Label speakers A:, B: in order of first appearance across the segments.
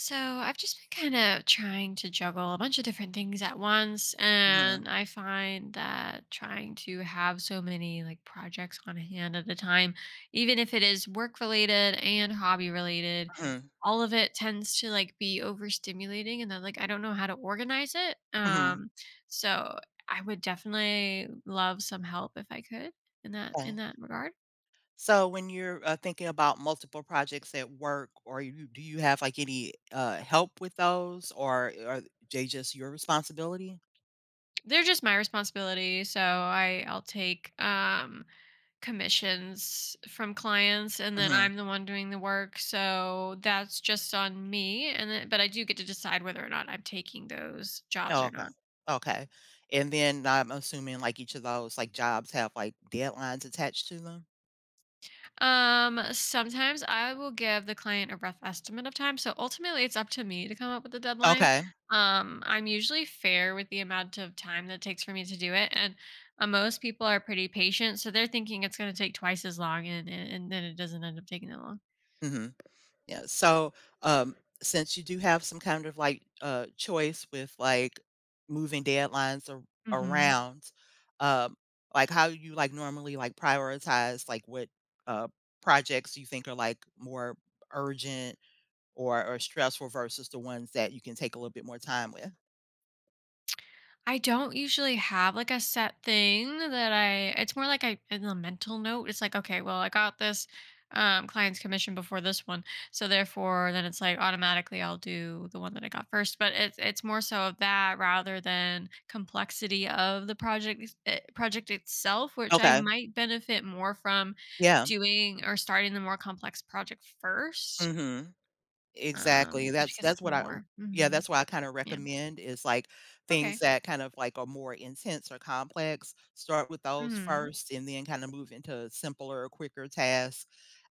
A: So I've just been kind of trying to juggle a bunch of different things at once,
B: Mhm,
A: and I find that trying to have so many like projects on hand at a time, even if it is work related and hobby related,
B: mhm,
A: all of it tends to like be overstimulating, and then like I don't know how to organize it.
B: mhm.
A: So I would definitely love some help if I could in that in
B: Okay.
A: that regard.
B: So when you're, thinking about multiple projects at work, or you do you have, like, any, help with those, or are they just your responsibility?
A: They're just my responsibility, so I'll take commissions from clients and then
B: Mhm.
A: I'm the one doing the work. So that's just on me and then, but I do get to decide whether or not I'm taking those jobs
B: Oh,
A: or
B: okay.
A: not.
B: Okay. And then I'm assuming, like, each of those, like, jobs have, like, deadlines attached to them?
A: Sometimes I will give the client a rough estimate of time. So ultimately it's up to me to come up with the deadline.
B: Okay.
A: I'm usually fair with the amount of time that it takes for me to do it and most people are pretty patient so they're thinking it's going to take twice as long and then it doesn't end up taking that long.
B: Mhm. Yeah. So, um, since you do have some kind of like choice with like moving deadlines
A: Mhm.
B: around, um, like how you like normally like prioritize like what uh, projects you think are like more urgent or stressful versus the ones that you can take a little bit more time with?
A: I don't usually have like a set thing that I it's more like I in the mental note. It's like, okay, well, I got this client's commission before this one. So therefore then it's like automatically I'll do the one that I got first. But it's more so of that rather than complexity of the project itself, which I
B: Okay.
A: might benefit more from
B: Yeah.
A: doing or starting the more complex project first.
B: Mhm. Exactly,
A: Just
B: that's
A: because
B: that's
A: it's
B: what I
A: more.
B: yeah, that's what I kinda
A: Yeah.
B: recommend is, like, things
A: Okay.
B: that kind of, like, are more intense or complex. Start with those
A: hmm
B: first and then kinda move into simpler or quicker tasks,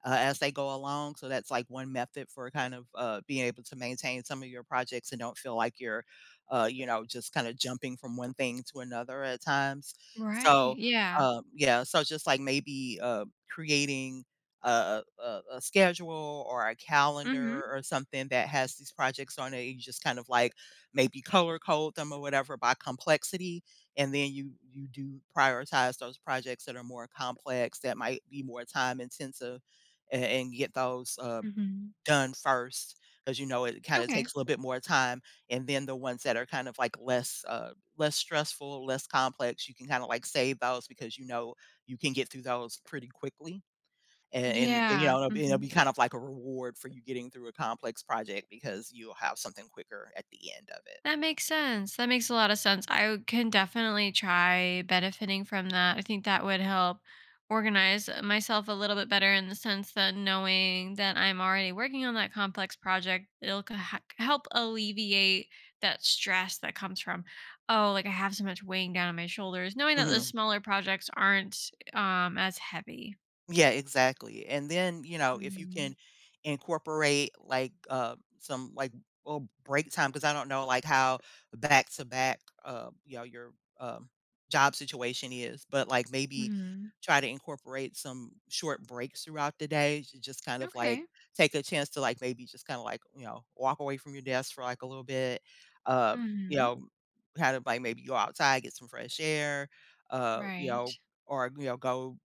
B: as they go along. So that's, like, one method for kind of, being able to maintain some of your projects and don't feel like you're, just kinda jumping from one thing to another at times.
A: Right.
B: So,
A: Yeah.
B: yeah, so just, like, maybe, creating a a schedule or a
A: Mhm,
B: calendar or something that has these projects on it. You just kind of like maybe color code them or whatever by complexity, and then you do prioritize those projects that are more complex, that might be more time intensive, a and get those,
A: mhm.
B: done first, because, you know, it kinda
A: Okay.
B: takes a little bit more time. And then the ones that are kind of like less, less stressful, less complex, you can kinda like save those, because, you know, you can get through those pretty quickly. And and, you
A: Yeah,
B: know, it'll be it'll
A: mhm.
B: be kind of like a reward for you getting through a complex project, because you'll have something quicker at the end of it.
A: That makes sense, that makes a lot of sense. I can definitely try benefiting from that. I think that would help organize myself a little bit better in the sense that knowing that I'm already working on that complex project, it'll k ha help alleviate that stress that comes from, "Oh, like, I have so much weighing down on my shoulders," knowing that the
B: Mhm.
A: smaller projects aren't, as heavy.
B: Yeah, exactly, and then, you know, if you
A: Mhm,
B: can incorporate, like, some, like, well, break time, because I don't know, like, how back to back, your, job situation is. But, like, maybe
A: mhm.
B: try to incorporate some short breaks throughout the day to just kind of, like,
A: Okay.
B: take a chance to, like, maybe just kinda, like, walk away from your desk for, like, a little bit, uh, you
A: Mhm.
B: know, kind of, like, maybe go outside, get some fresh air, uh, you
A: Right.
B: know, go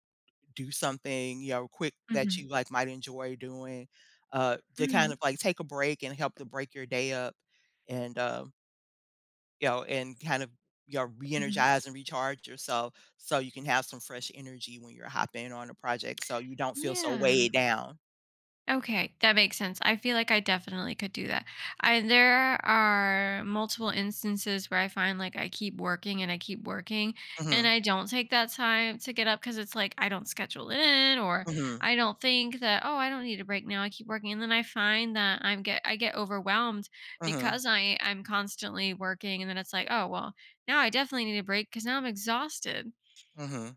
B: do something, quick that
A: Mhm.
B: you like might enjoy doing, to kind
A: Mhm.
B: of like take a break and help to break your day up, and, and kind of,
A: Mhm.
B: re-energize and recharge yourself, so you can have some fresh energy when you're hopping on a project, so you don't feel so
A: Yeah.
B: weighed down.
A: Okay, that makes sense. I feel like I definitely could do that. I There are multiple instances where I find like I keep working and I keep working and
B: Mhm.
A: I don't take that time to get up because it's like I don't schedule it in or
B: Mhm.
A: I don't think that, oh, I don't need a break now. I keep working. And then I find that I get overwhelmed
B: Mhm.
A: because I'm constantly working and then it's like, oh well, now I definitely need a break because now I'm exhausted.
B: Mhm.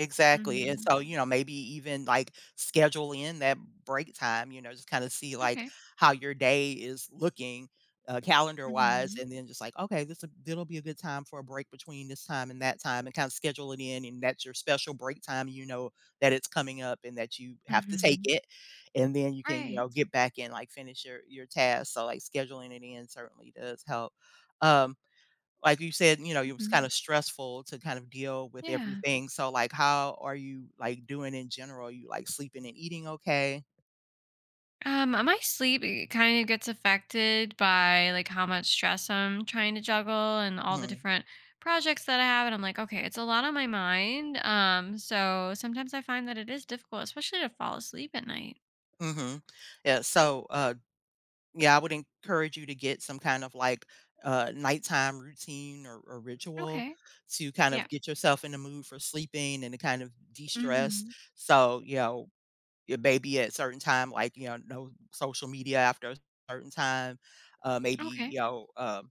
B: Exactly, and
A: hmm
B: so, you know, maybe even, like, schedule in that break time, you know, just kinda see, like,
A: Okay.
B: how your day is looking, calendar-wise,
A: hmm
B: and then just like, "Okay, this it will be a good time for a break between this time and that time," and kinda schedule it in, and that's your special break time, you know that it's coming up and that you have to take
A: hmm
B: it, and then you can, you
A: Right.
B: know, get back and, like, finish your task. So, like, scheduling it in certainly does help. Um like you said, you know, it was
A: Mhm.
B: kind of stressful to kind of deal with
A: Yeah.
B: everything. So, like, how are you like doing in general? You like sleeping and eating okay?
A: My sleep kind of gets affected by like how much stress I'm trying to juggle and all the
B: Mhm.
A: different projects that I have. And I'm like, okay, it's a lot on my mind. So sometimes I find that it is difficult, especially to fall asleep at night.
B: Mhm. Yeah. So, yeah, I would encourage you to get some kind of like nighttime routine or ritual
A: Okay.
B: to kind
A: Yeah.
B: of get yourself in the mood for sleeping and to kind of de-stress.
A: hmm
B: So, it may be at certain time, like, no social media after a certain time. Maybe,
A: Okay.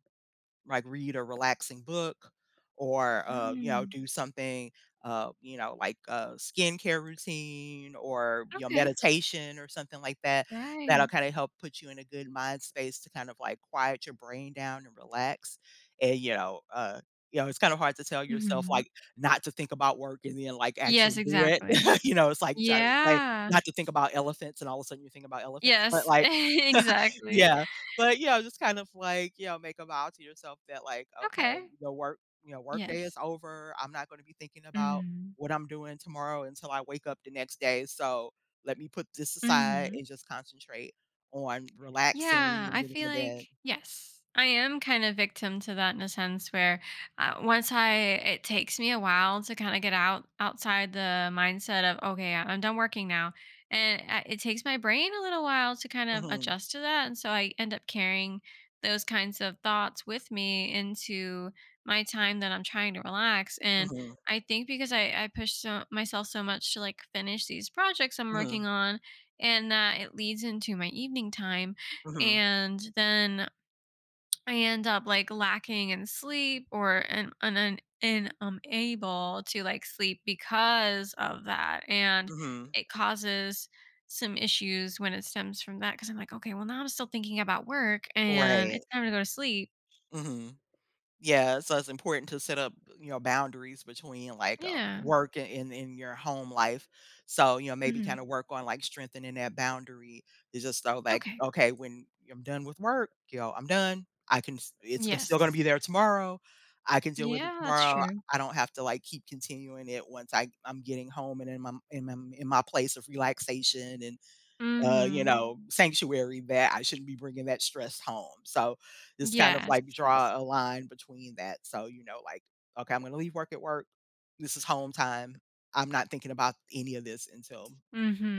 B: like, read a relaxing book, or,
A: Mm.
B: do something, like a skincare routine, or,
A: Okay.
B: meditation, or something like that, that'll
A: Right.
B: kind of help put you in a good mind space to kind of like quiet your brain down and relax. And, it's kind of hard to tell yourself
A: hmm
B: like not to think about work and then like actually
A: Yes,
B: do it,
A: exactly.
B: it's like trying to say
A: Yeah.
B: not to think about elephants and all of a sudden you think about elephants, but
A: Yes,
B: like
A: exactly.
B: yeah. But, just kind of like, make a vow to yourself that, like, okay,
A: Okay.
B: the work day is
A: Yes.
B: over. I'm not going to be thinking about
A: hmm
B: what I'm doing tomorrow until I wake up the next day. So let me put this aside
A: hmm
B: and just concentrate on relaxing
A: Yeah,
B: and
A: I
B: getting
A: feel
B: to
A: like
B: bed.
A: yes, I am kind of victim to that in a sense where once I it takes me a while to kind of get out outside the mindset of okay, I- I'm done working now, and I- it takes my brain a little while to kind of
B: Hmm.
A: adjust to that, and so I end up carrying those kinds of thoughts with me into my time that I'm trying to relax and.
B: Hmm.
A: I think because I push so, myself so much to like finish these projects I'm
B: Hmm.
A: working on, and that it leads into my evening time
B: Hmm.
A: and then I end up like lacking in sleep or and unable to like sleep because of that and
B: Hmm.
A: it causes some issues when it stems from that because I'm like, okay, well now I'm still thinking about work and
B: Right.
A: it's time to go to sleep.
B: Hmm. Yeah, so it's important to set up, boundaries between like
A: Yeah.
B: work and in your home life. So, maybe
A: hmm
B: kind of work on like strengthening that boundary to just so like,
A: Okay.
B: okay, when I'm done with work, I'm done. I can, s- it's go- still going to be
A: Yes.
B: there tomorrow. I can deal with it
A: Yeah, that's
B: tomorrow.
A: true.
B: I don't have to like keep continuing it once I'm getting home and in my place of relaxation and,
A: Mm-hmm.
B: sanctuary. That I shouldn't be bringing that stress home. So just kind of
A: Yes.
B: like
A: Yes.
B: draw a line between that. So, like, okay, I'm going to leave work at work. This is home time. I'm not thinking about any of this until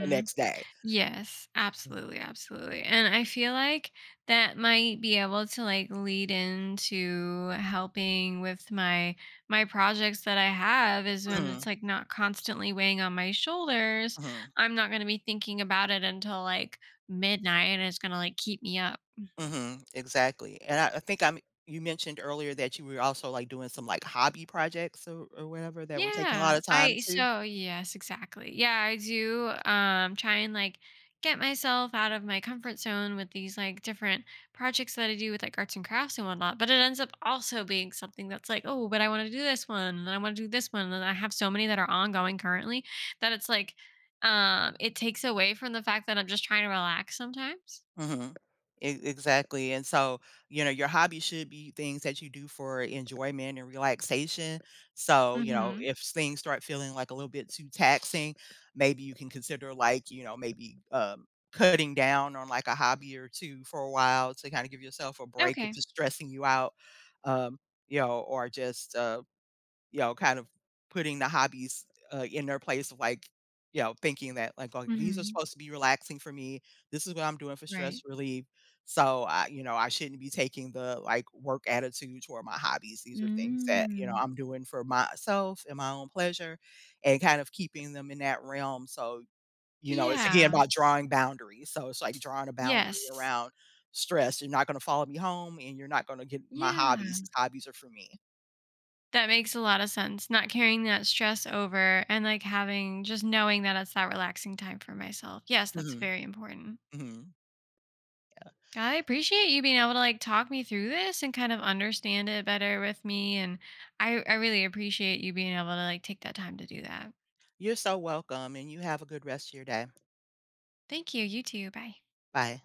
B: the next day.
A: Yes, absolutely, absolutely. And I feel like that might be able to like lead into helping with my projects that I have is when it's
B: Hmm.
A: like not constantly weighing on my shoulders,
B: Hmm.
A: I'm not going to be thinking about it until like midnight and it's going to like keep me up.
B: Hmm. Exactly. And you mentioned earlier that you were also like doing some like hobby projects, or whatever, that were taking a lot
A: Yeah,
B: of time
A: I
B: too.
A: so yes, exactly. Yeah, I do try and like get myself out of my comfort zone with these like different projects that I do with like arts and crafts and whatnot. But it ends up also being something that's like, oh, but I want to do this one and I want to do this one. And I have so many that are ongoing currently that it's like it takes away from the fact that I'm just trying to relax sometimes.
B: Mhm. E exactly, and so, you know, your hobby should be things that you do for enjoyment and relaxation. So,
A: Mm-hmm.
B: if things start feeling, like, a little bit too taxing, maybe you can consider, like, maybe, cutting down on, like, a hobby or two for a while to kinda give yourself a break if
A: Okay.
B: it's stressing you out, um, or just, kind of putting the hobbies, in their place of, like, you know, thinking that, like, "Oh, these are
A: Mm-hmm.
B: supposed to be relaxing for me. This is what I'm doing for
A: Right.
B: stress relief. So, I shouldn't be taking the, like, work attitude toward my hobbies. These are things that,
A: Mm.
B: I'm doing for myself and my own pleasure," and kind of keeping them in that realm. So, it's again
A: Yeah.
B: about drawing boundaries. So, it's like drawing a boundary
A: Yes.
B: around stress. "You're not gonna follow me home, and you're not gonna get my hobbies.
A: Yeah.
B: These hobbies are for me."
A: That makes a lot of sense. Not carrying that stress over and like having just knowing that it's that relaxing time for myself. Yes, that's
B: Mhm,
A: very important.
B: mhm, yeah.
A: I appreciate you being able to like talk me through this and kind of understand it better with me. And I really appreciate you being able to like take that time to do that.
B: You're so welcome, and you have a good rest of your day.
A: Thank you. You too. Bye.
B: Bye.